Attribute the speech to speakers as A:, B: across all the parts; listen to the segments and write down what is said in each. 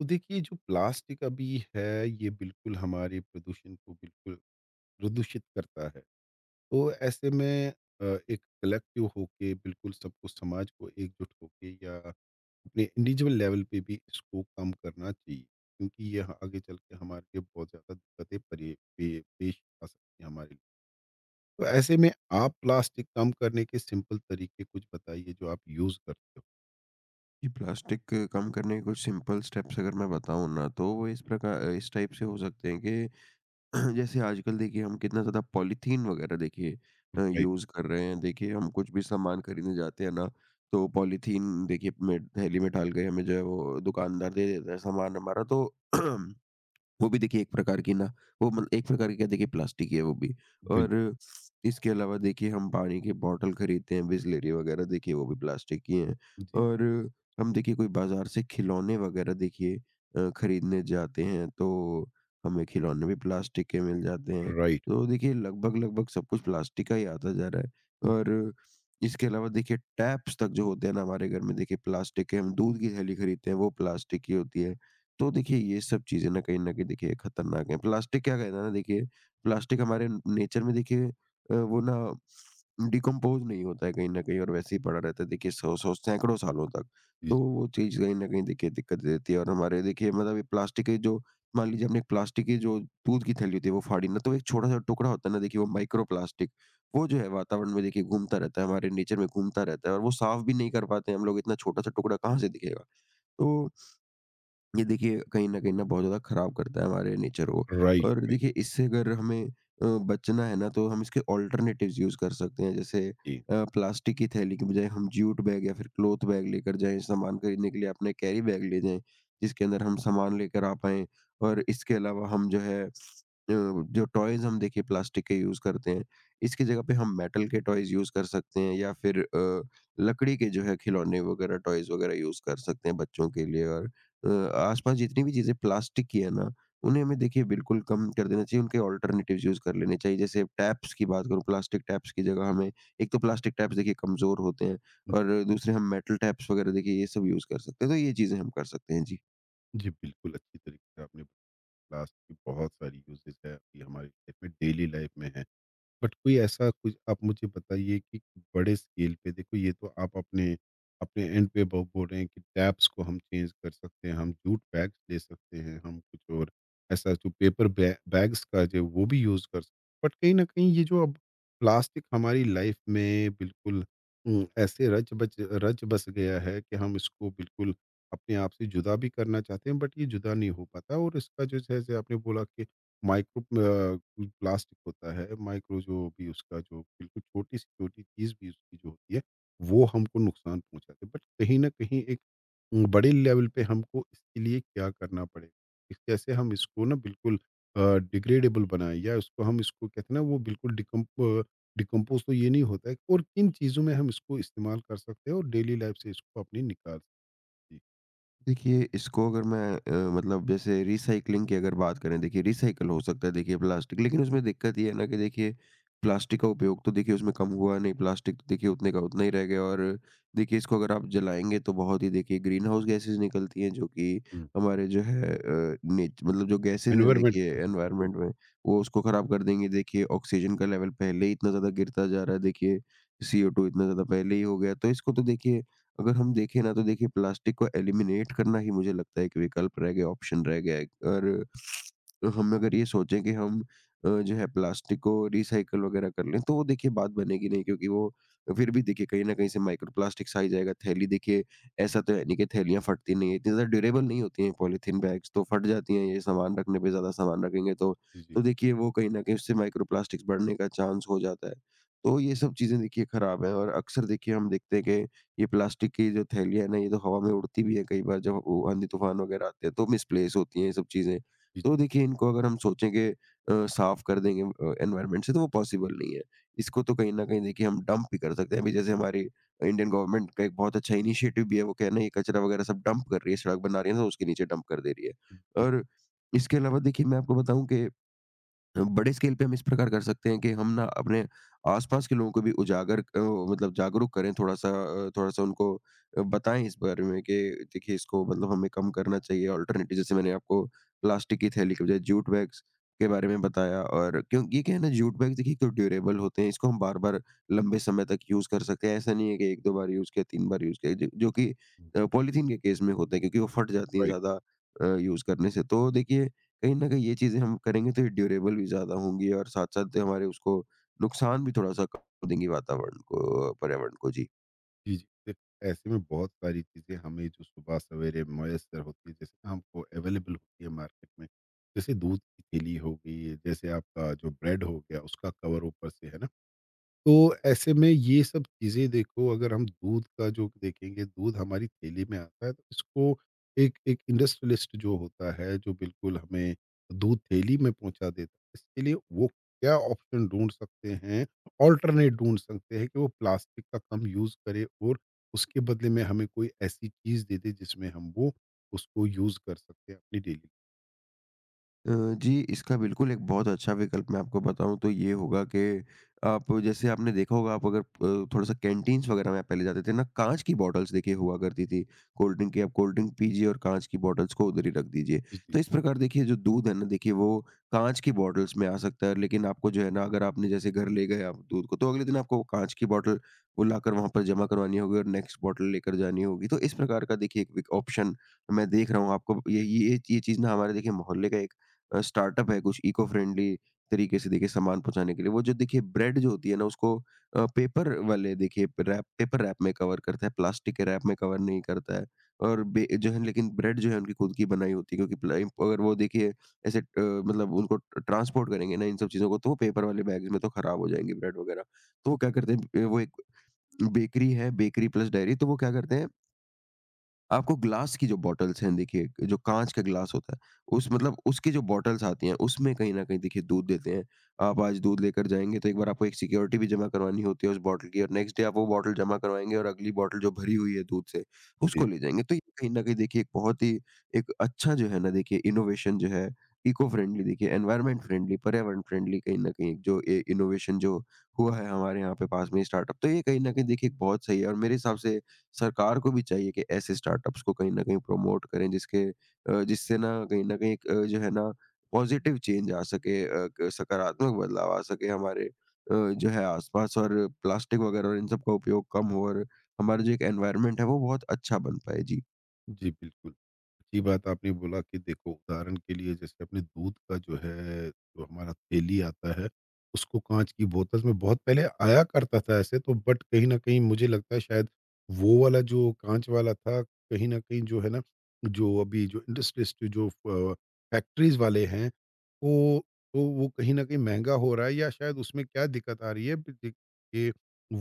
A: तो देखिए जो प्लास्टिक अभी है ये बिल्कुल हमारे प्रदूषण को बिल्कुल प्रदूषित करता है तो ऐसे में अ, एक कलेक्टिव होके बिल्कुल सबको समाज को एकजुट होके या अपने इंडिविजुअल लेवल पे भी इसको कम करना चाहिए क्योंकि आगे चल के हमारे लिए बहुत ज़्यादा दिक्कतें पेश आ सकती हैं हमारे लिए। तो ऐसे में आप प्लास्टिक कम करने के सिंपल तरीके कुछ बताइए जो आप यूज़ करते हो।
B: जी, प्लास्टिक कम करने के कुछ सिंपल स्टेप्स अगर मैं बताऊँ ना, तो वो इस प्रकार इस टाइप से हो सकते हैं कि जैसे आजकल देखिए हम कितना ज़्यादा पॉलीथीन वगैरह देखिए
A: राइट।
B: यूज़ कर रहे हैं। देखिए हम कुछ भी सामान खरीदने जाते हैं ना, तो पॉलीथीन देखिए में थैली में डाल के हमें जो है वो दुकानदार दे देता है सामान हमारा तो वो भी देखिए एक प्रकार की ना वो मतलब एक प्रकार की क्या देखिए प्लास्टिक ही है वो भी। और
A: बिल्कुल।
B: इसके अलावा देखिए हम पानी की बॉटल खरीदते हैं बिसलेरी वगैरह देखिए वो भी प्लास्टिक की हैं।
A: जी।
B: और हम देखिए कोई बाजार से खिलौने वगैरह देखिए खरीदने जाते हैं तो हमें खिलौने भी प्लास्टिक के मिल जाते हैं।
A: राइट।
B: तो देखिए लगभग लगभग सब कुछ प्लास्टिक का ही आता जा रहा है। और इसके अलावा देखिए टैप्स तक जो होते हैं ना हमारे घर में देखिए प्लास्टिक के, हम दूध की थैली खरीदते हैं वो प्लास्टिक की होती है। तो देखिए ये सब चीज़ें ना कहीं न कहीं देखिए खतरनाक हैं। प्लास्टिक क्या कहना है ना देखिए, प्लास्टिक हमारे नेचर में देखिए वो ना डिकम्पोज़ नहीं होता है कहीं न कहीं और वैसे ही पड़ा रहता है देखिए सौ सौ सैकड़ों सालों तक।
A: जी।
B: तो वो चीज़ कहीं न कहीं देखिए दिक्कत देती है। और हमारे देखिए मतलब ये प्लास्टिक के जो मान लीजिए हमने एक प्लास्टिक की जो दूध की थैली होती है वो फाड़ी ना, तो एक छोटा-सा टुकड़ा होता है ना देखिए वो माइक्रो प्लास्टिक, वो जो है वातावरण में देखिए घूमता रहता है, हमारे नेचर में घूमता रहता है और वो साफ़ भी नहीं कर पाते हैं हम लोग, इतना छोटा-सा टुकड़ा कहाँ से दिखेगा? तो ये देखिए कहीं न कहीं ना बहुत ज़्यादा खराब करता है हमारे नेचर को।
A: राइट,
B: और
A: राइट।
B: देखिए इससे अगर हमें बचना है ना तो हम इसके अल्टरनेटिव्स यूज़ कर सकते हैं। जैसे
A: जी।
B: प्लास्टिक की थैली की बजाय हम जूट बैग या फिर क्लॉथ बैग लेकर जाएँ, सामान खरीदने के लिए अपने कैरी बैग ले जाएँ, जिसके अंदर हम सामान लेकर आ पाएँ। और इसके अलावा हम जो है जो टॉयज़ हम देखिए प्लास्टिक के यूज़ करते हैं, इसकी जगह पे हम मेटल के टॉयज़ यूज़ कर सकते हैं या फिर लकड़ी के जो है खिलौने वगैरह, टॉयज़ वगैरह यूज़ कर सकते हैं बच्चों के लिए। और अ, आसपास जितनी भी चीज़ें प्लास्टिक की है ना, उन्हें हमें देखिए बिल्कुल कम कर देना चाहिए, उनके ऑल्टरनेटिव्स यूज़ कर लेने चाहिए। जैसे टैप्स की बात करूँ, प्लास्टिक टैप्स की जगह हमें, एक तो प्लास्टिक टैप्स देखिए कमज़ोर होते हैं, और दूसरे हम मेटल टैप्स वगैरह देखिए ये सब यूज़ कर सकते हैं, तो ये चीज़ें हम कर सकते हैं। जी।
A: जी, बिल्कुल अच्छी तरीके से आपने ग्लास की बहुत सारी यूज़ेज़ है, ये हमारी लाइफ में डेली लाइफ में है। बट कोई ऐसा कुछ आप मुझे बताइए कि बड़े स्केल पे देखो ये तो आप अपने अपने एंड पे बोल रहे हैं कि टैप्स को हम चेंज कर सकते हैं, हम जूट बैग्स ले सकते हैं, हम कुछ और ऐसा जो पेपर बैग्स का जो वो भी यूज़ कर सकते हैं। बट कहीं ना कहीं ये जो अब प्लास्टिक हमारी लाइफ में बिल्कुल ऐसे रच बच रच बस गया है कि हम इसको बिल्कुल अपने आप से जुदा भी करना चाहते हैं बट ये जुदा नहीं हो पाता और इसका जो जैसे आपने बोला कि माइक्रो प्लास्टिक होता है, माइक्रो जो भी उसका जो बिल्कुल छोटी-सी छोटी चीज़ भी उसकी जो होती है, वो हमको नुकसान पहुँचाती है। बट कहीं न कहीं एक बड़े लेवल पे हमको इसके लिए क्या करना पड़ेगा? कि कैसे हम इसको ना बिल्कुल अ, डिग्रेडेबल बनाएँ या उसको हम इसको कहते हैं ना वो बिल्कुल डिकम्पोज़ तो ये नहीं होता है और किन चीज़ों में हम इसको इस्तेमाल कर सकते हैं और डेली लाइफ़ से इसको अपनी निकाल सकते हैं।
B: देखिए, इसको अगर मैं मतलब जैसे रीसाइक्लिंग की अगर बात करें, देखिए रीसाइकल हो सकता है देखिए प्लास्टिक, लेकिन उसमें दिक्कत ये है ना कि देखिए, प्लास्टिक का उपयोग तो देखिए उसमें कम हुआ नहीं, प्लास्टिक तो देखिए उतने का उतना ही रह गया। और देखिए इसको अगर आप जलाएँगे तो बहुत ही देखिए ग्रीन हाउस गैसेज़ निकलती हैं, जो कि
A: हुँ।
B: हमारे जो है अ, नेच मतलब जो गैसेज़ हैं
A: एनवायरनमेंट।
B: देखिए एनवायरनमेंट में, वो उसको ख़राब कर देंगी। देखिए ऑक्सीजन का लेवल पहले ही इतना ज़्यादा गिरता जा रहा है, देखिए सीओ2 इतना ज़्यादा पहले ही हो गया, तो इसको तो देखिए अगर हम देखें ना तो देखिए प्लास्टिक को एलिमिनेट करना ही मुझे लगता है एक विकल्प रह गया, ऑप्शन रह गया है। और हम अगर ये सोचें कि हम जो है प्लास्टिक को रिसाइकल वगैरह कर लें तो वो देखिए बात बनेगी नहीं, क्योंकि वो फिर भी देखिए कहीं ना कहीं से माइक्रो प्लास्टिक्स आ ही जाएगा। थैली देखिए ऐसा तो है नहीं कि थैलियाँ फटती नहीं है, इतनी ज़्यादा ड्यूरेबल नहीं होती हैं पॉलीथीन बैग्स, तो फट जाती हैं ये सामान रखने पे, ज़्यादा सामान रखेंगे
A: जी, जी।
B: तो देखिए वो कहीं ना कहीं उससे माइक्रो प्लास्टिक्स बढ़ने का चांस हो जाता है। तो ये सब चीज़ें देखिए खराब है। और अक्सर देखिए हम देखते हैं कि ये प्लास्टिक की जो थैलियाँ हैं ना, ये तो हवा में उड़ती भी हैं कई बार, जब वो आंधी-तूफान वगैरह आते हैं, तो मिसप्लेस होती हैं ये सब चीज़ें।
A: जी,
B: तो देखिए इनको अगर हम सोचें कि साफ़ कर देंगे एनवायरनमेंट से, तो वो पॉसिबल नहीं है। इसको तो कहीं न कहीं देखिए हम डंप भी कर सकते हैं। अभी जैसे हमारी इंडियन गवर्नमेंट का एक बहुत अच्छा इनिशिएटिव भी है, वो क्या है ना, ये कचरा वगैरह सब डंप कर रही है, सड़क बना रही है ना उसके नीचे डंप कर दे रही है।
A: जी, जी।
B: और इसके अलावा देखिए मैं आपको बताऊँ कि बड़े स्केल पे हम इस प्रकार कर सकते हैं कि हम ना अपने आसपास के लोगों को भी मतलब जागरूक करें, थोड़ा-सा थोड़ा-सा उनको बताएँ इस बारे में कि देखिए इसको मतलब हमें कम करना चाहिए। अल्टरनेटिव जैसे मैंने आपको प्लास्टिक की थैली के बजाय जूट बैग्स के बारे में बताया, और क्योंकि ये क्या है ना, जूट बैग देखिए एक तो ड्यूरेबल होते हैं, इसको हम बार-बार लंबे समय तक यूज़ कर सकते हैं। ऐसा नहीं है कि 1-2 बार यूज़ किया, 3 बार यूज़ किया ज जो कि
A: हुँ।
B: पॉलीथीन के केस में होता है, क्योंकि वो फट जाती हैं
A: राइट।
B: ज़्यादा यूज़ करने से। तो देखिए कहीं न कहीं ये चीज़ें हम करेंगे तो ये ड्यूरेबल भी ज़्यादा होंगी, और साथ-साथ हमारे उसको नुकसान भी थोड़ा-सा कम देंगी वातावरण को, पर्यावरण को। जी।
A: जी, जी। देखो, ऐसे में बहुत सारी चीज़ें हमें जो सुबह सवेरे मुयस्सर होती है, जैसे हमको अवेलेबल होती है मार्केट में। जैसे दूध की थैली हो गई, जैसे आपका जो ब्रेड हो गया, उसका कवर ऊपर से, है ना? तो ऐसे में ये सब चीज़ें देखो अगर हम दूध का जो देखेंगे, दूध हमारी थैली में आता है, तो इसको एक एक इंडस्ट्रियलिस्ट जो होता है, जो बिल्कुल हमें दूध थैली में पहुँचा देता है, इसके लिए वो क्या ऑप्शन ढूँढ सकते हैं, अल्टरनेट ढूँढ सकते हैं कि वो प्लास्टिक का कम यूज़ करे और उसके बदले में हमें कोई ऐसी चीज़ दे दे, जिसमें हम वो उसको यूज़ कर सकते हैं अपनी डेली।
B: अ, जी, इसका बिल्कुल एक बहुत अच्छा विकल्प मैं आपको बताऊँ तो ये होगा कि, आप जैसे आपने देखा होगा, आप अगर थोड़ा-सा कैंटीन्स वग़ैरह में आप पहले जाते थे ना, काँच की बॉटल्स देखिए हुआ करती थी। कोल्ड ड्रिंक की, आप कोल्ड ड्रिंक पीजिए और काँच की बॉटल्स को उधर ही रख दीजिए।
A: जी,
B: तो इस प्रकार देखिए जो दूध है ना देखिए वो काँच की बॉटल्स में आ सकता है, लेकिन आपको जो है ना, अगर आपने जैसे घर ले गए आप दूध को, तो अगले दिन आपको काँच की बॉटल वो लाकर वहाँ पर जमा करवानी होगी और नेक्स्ट बॉटल लेकर जानी होगी। तो इस प्रकार का देखिए एक विक ऑप्शन मैं देख रहा हूँ। आपको ये ये चीज़ ना हमारे देखिए मोहल्ले का स्टार्टअप है कुछ, इको फ्रेंडली तरीके से देखिए सामान पहुँचाने के लिए। वो जो देखिए ब्रेड जो होती है ना उसको पेपर रैप में कवर करता है, प्लास्टिक के रैप में कवर नहीं करता है। और बे जो है लेकिन ब्रेड जो है उनकी खुद की बनाई होती है, क्योंकि प्लाई अगर वो देखिए ऐसे मतलब उनको ट्रांसपोर्ट करेंगे ना इन सब चीज़ों को, तो वो पेपर वाले बैग्स में तो खराब हो जाएंगी ब्रेड वगैरह। तो वो क्या करते हैं, वो एक बेकरी है, बेकरी प्लस डेयरी, तो वो क्या करते हैं, आपको ग्लास की जो बॉटल्स हैं देखिए, जो काँच का ग्लास होता है, उस मतलब उसकी जो बॉटल्स आती हैं, उसमें कहीं न कहीं देखिए दूध देते हैं। आप आज दूध लेकर जाएँगे तो एक बार आपको एक सिक्योरिटी भी जमा करवानी होती है उस बॉटल की, और नेक्स्ट डे आप वो बॉटल जमा करवाएँगे और अगली बॉटल जो भरी हुई है दूध से,
A: जी।
B: उसको ले जाएँगे। तो ये कहीं न कहीं देखिए एक बहुत ही एक अच्छा जो है ना देखिए इनोवेशन जो है, इको फ्रेंडली, देखिए एनवायरनमेंट फ्रेंडली, पर्यावरण फ्रेंडली, कहीं न कहीं जो ए इनोवेशन जो हुआ है हमारे यहाँ पे पास में स्टार्टअप, तो ये कहीं न कहीं देखिए एक बहुत सही है। और मेरे हिसाब से सरकार को भी चाहिए कि ऐसे स्टार्टअप्स को कहीं न कहीं प्रमोट करें, जिसके जिससे ना कहीं न कहीं एक जो है ना पॉज़िटिव चेंज आ सके, अ, क सकारात्मक बदलाव आ सके हमारे जो है आस-पास, और प्लास्टिक वग़ैरह और इन सब का उपयोग कम हो, और हमारा जो एक एनवायरनमेंट है वो बहुत अच्छा बन पाए। जी।
A: जी, बिल्कुल। अच्छी बात आपने बोला कि देखो उदाहरण के लिए जैसे अपने दूध का जो है, जो हमारा थैली आता है, उसको काँच की बोतल में बहुत पहले आया करता था ऐसे तो, बट कहीं न कहीं मुझे लगता है शायद वो वाला जो काँच वाला था, कहीं न कहीं जो है ना, जो अभी जो इंडस्ट्रिस्ट जो फ फैक्ट्रीज़ वाले हैं, वो तो वो कहीं न कहीं महँगा हो रहा है या शायद उसमें क्या दिक्कत आ रही है कि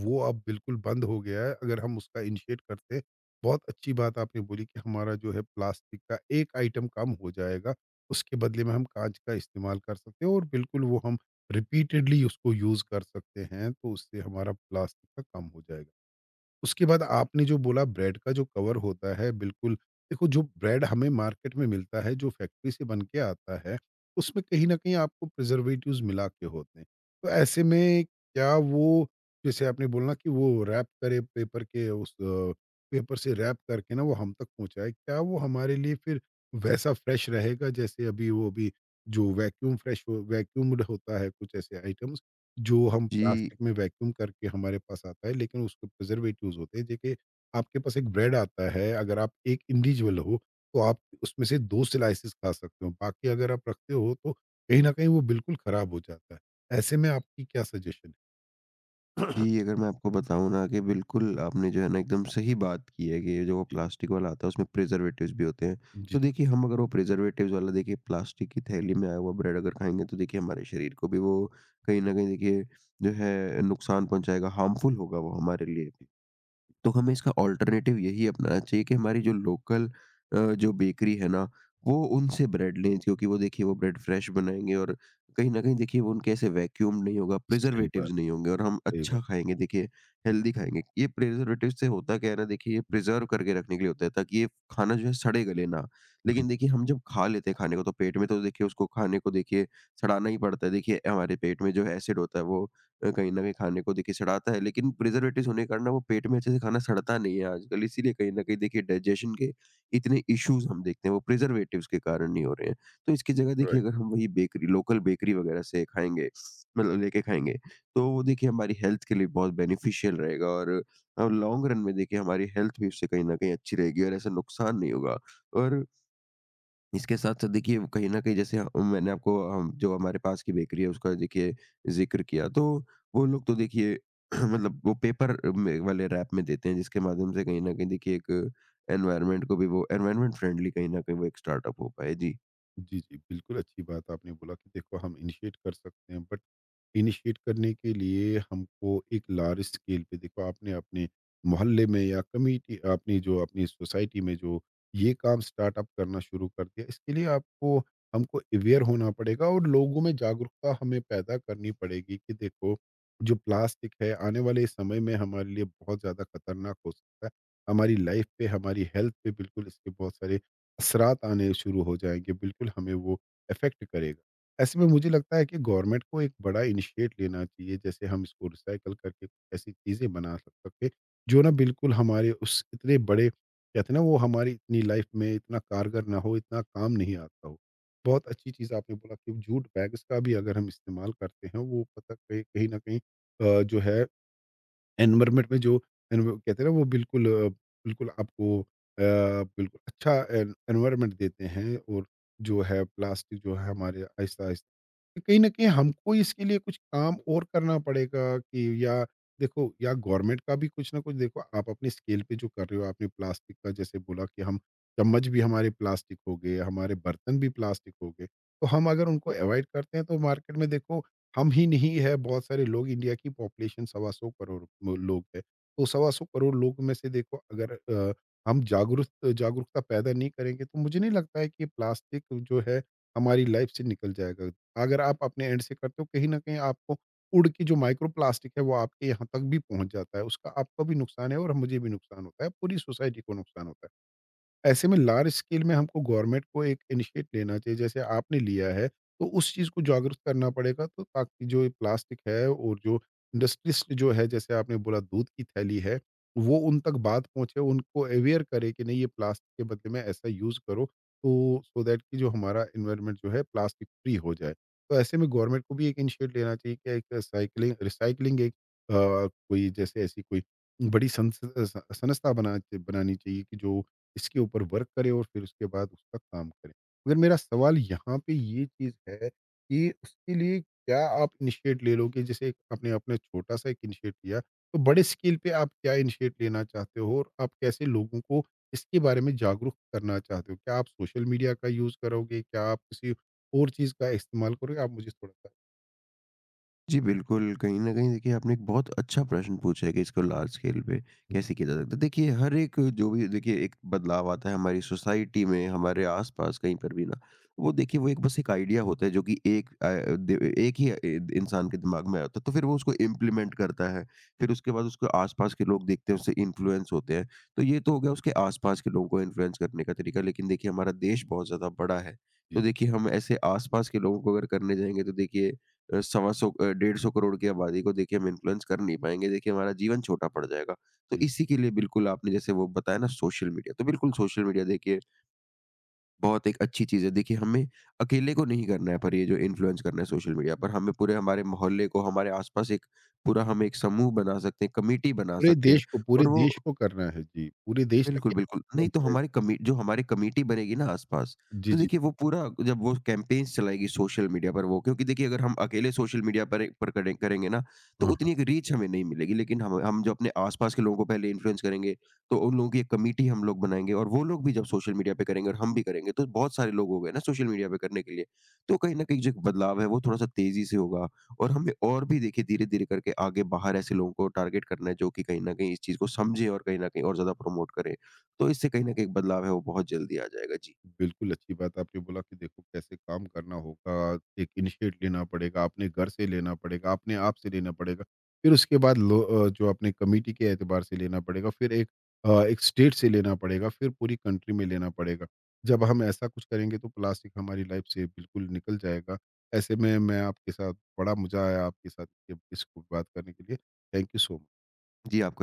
A: वो अब बिल्कुल बंद हो गया है। अगर हम उसका इनिशिएट करते हैं बहुत अच्छी बात आपने बोली कि हमारा जो है प्लास्टिक का एक आइटम कम हो जाएगा, उसके बदले में हम काँच का इस्तेमाल कर सकते हैं और बिल्कुल वो हम रिपीटेडली उसको यूज़ कर सकते हैं, तो उससे हमारा प्लास्टिक का कम हो जाएगा। उसके बाद आपने जो बोला ब्रेड का जो कवर होता है बिल्कुल, देखो जो ब्रेड हमें मार्केट में मिलता है जो फैक्ट्री से बन के आता है उसमें कहीं ना कहीं आपको प्रिजर्वेटिव्स मिला के होते हैं। तो ऐसे में क्या वो जैसे आपने बोला कि वो रैप करे पेपर के उस पेपर से रैप करके ना वो हम तक पहुंचाए, क्या वो हमारे लिए फिर वैसा फ्रेश रहेगा जैसे अभी वो अभी जो वैक्यूम फ्रेश हो वैक्यूम्ड होता है कुछ ऐसे आइटम्स जो हम
B: जी।
A: प्लास्टिक में वैक्यूम करके हमारे पास आता है, लेकिन उसके प्रिजर्वेटिव्स होते हैं। देखिए, आपके पास एक ब्रेड आता है, अगर आप एक इंडिविजुअल हो, तो आप उसमें से 2 स्लाइसेस खा सकते हो। बाकी अगर आप रखते हो, तो कहीं न कहीं वो बिल्कुल खराब हो जाता है। ऐसे में आपकी क्या सजेशन है?
B: जी, अगर मैं आपको बताऊँ ना कि बिल्कुल आपने जो है ना एकदम सही बात की है, कि ये जो वो
A: जी,
B: प्लास्टिक वाला आता है उसमें प्रिज़र्वेटिव्स भी होते हैं।
A: जी, जी,
B: तो देखिए हम अगर वो प्रिज़र्वेटिव्स वाला देखिए प्लास्टिक की थैली में आया हुआ ब्रेड अगर खाएँगे, तो देखिए हमारे शरीर को भी वो कहीं न कहीं देखिए जो है नुकसान पहुँचाएगा, हार्मफुल होगा वो हमारे लिए।
A: जी।
B: तो हमें इसका ऑल्टरनेटिव यही अपनाना चाहिए कि हमारी जो लोकल जो बेकरी है ना, वो उनसे ब्रेड लें, क्योंकि वो देखिए वो ब्रेड फ्रेश बनाएँगे, और कहीं न कहीं देखिए वो उनके ऐसे वैक्यूम्ड नहीं होगा,
A: सही
B: प्रिज़र्वेटिव्स
A: बात,
B: नहीं होंगे, और हम
A: सही बात।
B: अच्छा खाएँगे देखिए, हेल्दी खाएँगे। ये प्रिज़र्वेटिव से होता क्या है ना देखिए, ये प्रिज़र्व करके रखने के लिए होता है ताकि ये खाना जो है सड़े-गले ना। लेकिन
A: बिल्कुल,
B: देखिए हम जब खा लेते हैं खाने को तो पेट में तो देखिए उसको खाने को देखिए सड़ाना ही पड़ता है। देखिए हमारे पेट में जो एसिड होता है वो कहीं न कहीं खाने को देखिए सड़ाता है, लेकिन प्रिज़र्वेटिव्स होने के कारण ना वो पेट में अच्छे से खाना सड़ता नहीं है आजकल। इसीलिए कहीं न कहीं देखिए डाइजेशन के इतने इश्यूज़ हम देखते हैं, वो प्रिज़र्वेटिव्स के कारण ही हो रहे हैं। तो इसकी जगह देखिए
A: राइट।
B: अगर हम वही बेकरी लोकल बेकरी वगैरह से खाएँगे, मतलब लेके खाएँगे, तो वो देखिए हमारी हेल्थ के लिए बहुत बेनिफिशियल रहेगा और लॉन्ग रन में देखिए हमारी हेल्थ भी उससे कहीं न कहीं अच्छी रहेगी और ऐसा नुकसान नहीं होगा। और इसके साथ साथ देखिए वो कहीं न कहीं जैसे मैंने आपको जो हमारे पास की बेकरी है उसका देखिए ज़िक्र किया, तो वो लोग तो देखिए मतलब वो पेपर में वाले रैप में देते हैं, जिसके माध्यम से कहीं न कहीं देखिए एक एनवायरनमेंट को भी वो एनवायरनमेंट फ्रेंडली कहीं न कहीं वो एक स्टार्टअप हो पाए। जी।
A: जी, जी। बिल्कुल, अच्छी बात आपने बोला कि देखो हम इनिशिएट कर सकते हैं बट इनिशिएट करने के लिए हमको एक लार्ज स्केल पे देखो आपने अपने मोहल्ले में या कम्युनिटी आपने जो अपनी सोसाइटी में जो ये काम स्टार्टअप करना शुरू कर दिया, इसके लिए आपको हमको अवेयर होना पड़ेगा और लोगों में जागरूकता हमें पैदा करनी पड़ेगी कि देखो, जो प्लास्टिक है आने वाले समय में हमारे लिए बहुत ज़्यादा खतरनाक हो सकता है। हमारी लाइफ पे, हमारी हेल्थ पे बिल्कुल इसके बहुत सारे असरात आने शुरू हो जाएँगे, बिल्कुल हमें वो इफ़ेक्ट करेगा। ऐसे में मुझे लगता है कि गवर्नमेंट को एक बड़ा इनिशिएट लेना चाहिए, जैसे हम इसको रिसाइकल करके कुछ ऐसी चीज़ें सकते, जो ना बिल्कुल हमारे उस इतने बड़े कहते हैं ना वो हमारी इतनी लाइफ़ में इतना कारगर ना हो, इतना काम नहीं आता हो। बहुत अच्छी चीज़ आपने बोला कि जूट बैग्स का भी अगर हम इस्तेमाल करते हैं, वो पता कहीं कहीं न कहीं जो है एनवायरनमेंट में जो एनव कहते हैं ना वो बिल्कुल अ, बिल्कुल आपको बिल्कुल अच्छा एन एनवायरनमेंट देते हैं और जो है प्लास्टिक जो है हमारे आहिस्ता-आहिस्ता कहीं न कहीं हमको इसके लिए कुछ काम और करना पड़ेगा कि या देखो या गवर्नमेंट का भी कुछ न कुछ देखो आप अपने स्केल पे जो कर रहे हो आपने प्लास्टिक का जैसे बोला कि हम चम्मच भी हमारे प्लास्टिक हो गए, हमारे बर्तन भी प्लास्टिक हो गए। तो हम अगर उनको अवॉइड करते हैं तो मार्केट में देखो हम ही नहीं है बहुत सारे लोग इंडिया की पॉपुलेशन सवा सौ करोड़ लोग है तो सवा सौ करोड़ लोग में से देखो अगर हम जागरूकता पैदा नहीं करेंगे तो मुझे नहीं लगता है कि प्लास्टिक जो है हमारी लाइफ से निकल जाएगा। अगर आप अपने एंड से करते हो कहीं ना कहीं आपको उड़ की जो माइक्रो प्लास्टिक है वो आपके यहाँ तक भी पहुंच जाता है, उसका आपको भी नुकसान है और मुझे भी नुकसान होता है, पूरी सोसाइटी को नुकसान होता है। ऐसे में लार्ज स्केल में हमको गवर्नमेंट को एक इनिशिएट लेना चाहिए जैसे आपने लिया है तो उस चीज़ को जागरूक करना पड़ेगा तो ताकि जो ये प्लास्टिक है और जो इंडस्ट्रिस्ट जो है जैसे आपने बोला दूध की थैली है वो उन तक बात पहुंचे उनको अवेयर करे कि नहीं ये प्लास्टिक के बदले में ऐसा यूज़ करो, तो सो दैट कि जो हमारा इन्वायरमेंट जो है प्लास्टिक फ्री हो जाए। तो ऐसे में गवर्नमेंट को भी एक इनिशिएट लेना चाहिए कि एक साइकिलिंग रिसाइकलिंग एक कोई जैसे ऐसी कोई संस्था बनानी चाहिए कि जो इसके ऊपर वर्क करें और फिर उसके बाद उसका काम करें। मगर मेरा सवाल यहाँ पे ये चीज़ है कि उसके लिए क्या आप इनिशिएट ले लोगे? जैसे एक आपने अपना छोटा-सा एक इनिशिएट लिया, तो बड़े स्केल पे आप क्या इनिशिएट लेना चाहते हो और आप कैसे लोगों को इसके बारे में जागरूक करना चाहते हो? क्या आप सोशल मीडिया का यूज़ करोगे? क्या आप किसी और चीज़ का इस्तेमाल करोगे? आप मुझे थोड़ा-सा।
B: जी, बिल्कुल। कहीं न कहीं देखिए आपने एक बहुत अच्छा प्रश्न पूछा है कि इसको लार्ज स्केल पे कैसे किया जा सकता है। देखिए हर एक जो भी देखिए एक बदलाव आता है हमारी सोसाइटी में, हमारे आस-पास कहीं पर भी ना, वो देखिए वो एक बस एक आइडिया होता है, जो कि एक अ, द एक ही अ, इंसान के दिमाग में आया होता है। तो फिर वो उसको इम्प्लीमेंट करता है। फिर उसके बाद उसको आस-पास के लोग देखते हैं, उससे इन्फ्लुएंस होते हैं। तो ये तो हो गया उसके आस-पास के लोगों को इन्फ्लुएंस करने का तरीका। लेकिन देखिए हमारा देश बहुत ज़्यादा बड़ा है। तो
A: जी,
B: देखिए हम ऐसे आस-पास के लोगों को अगर करने जाएँगे, तो देखिए 125 150 करोड़ की आबादी को देखिए हम इन्फ्लुएंस कर नहीं पाएँगे। देखिए हमारा जीवन छोटा पड़ जाएगा। तो
A: जी।
B: इसी के लिए बिल्कुल आपने जैसे वो बताया ना, सोशल मीडिया, तो बिल्कुल सोशल मीडिया देखिए बहुत एक अच्छी चीज़ है। देखिए हमें अकेले को नहीं करना है, पर ये जो इन्फ्लुएंस करना है सोशल मीडिया पर, हमें पूरे हमारे मोहल्ले को, हमारे आस-पास एक पूरा हम एक समूह बना सकते हैं, कमेटी बना
A: पूरे
B: सकते
A: देश
B: हैं
A: को, पूरे
B: और वो
A: देश को करना है। जी, पूरे देश तक
B: बिल्कुल,
A: ये
B: बिल्कुल। नहीं
A: पहुंच
B: तो
A: जाए।
B: हमारी कमी जो हमारी कमेटी बनेगी ना आस-पास,
A: जी,
B: तो
A: जी।
B: देखिए वो पूरा जब वो कैंपेन्स चलाएगी सोशल मीडिया पर, वो क्योंकि देखिए अगर हम अकेले सोशल मीडिया पर करेंगे ना, तो
A: हाँ।
B: उतनी एक रीच हमें नहीं मिलेगी। लेकिन हम जो अपने आस-पास के लोगों को पहले इन्फ्लुएंस करेंगे, तो उन लोगों की एक कमेटी हम लोग बनाएँगे और वो लोग भी जब सोशल मीडिया पे करेंगे और हम भी करेंगे, तो बहुत सारे लोग हो गए ना सोशल मीडिया पे करने के लिए। तो कहीं न कहीं जो एक बदलाव है वो थोड़ा-सा तेज़ी से होगा और हमें और भी देखिए धीरे-धीरे करके आगे बाहर ऐसे लोगों को टारगेट करना है, जो कि कहीं न कहीं इस चीज़ को समझें और कहीं न कहीं और ज़्यादा प्रमोट करें। तो इससे कहीं न कहीं एक बदलाव है वो बहुत जल्दी आ जाएगा। जी।
A: बिल्कुल, अच्छी बात आपने बोला कि देखो कैसे काम करना होगा, एक इनिशिएट लेना पड़ेगा, अपने घर से लेना पड़ेगा, अपने आप से लेना पड़ेगा। फिर उसके बाद जो अपने कमिटी के एतबार से लेना पड़ेगा, फिर एक स्टेट से लेना पड़ेगा, फिर पूरी कंट्री में लेना पड़ेगा। जब हम ऐसा कुछ करेंगे तो प्लास्टिक हमारी लाइफ से बिल्कुल निकल जाएगा। ऐसे में मैं आपके साथ बड़ा मज़ा आया आपके साथ ये इसको बात करने के लिए। थैंक यू सो म
B: जी, आपका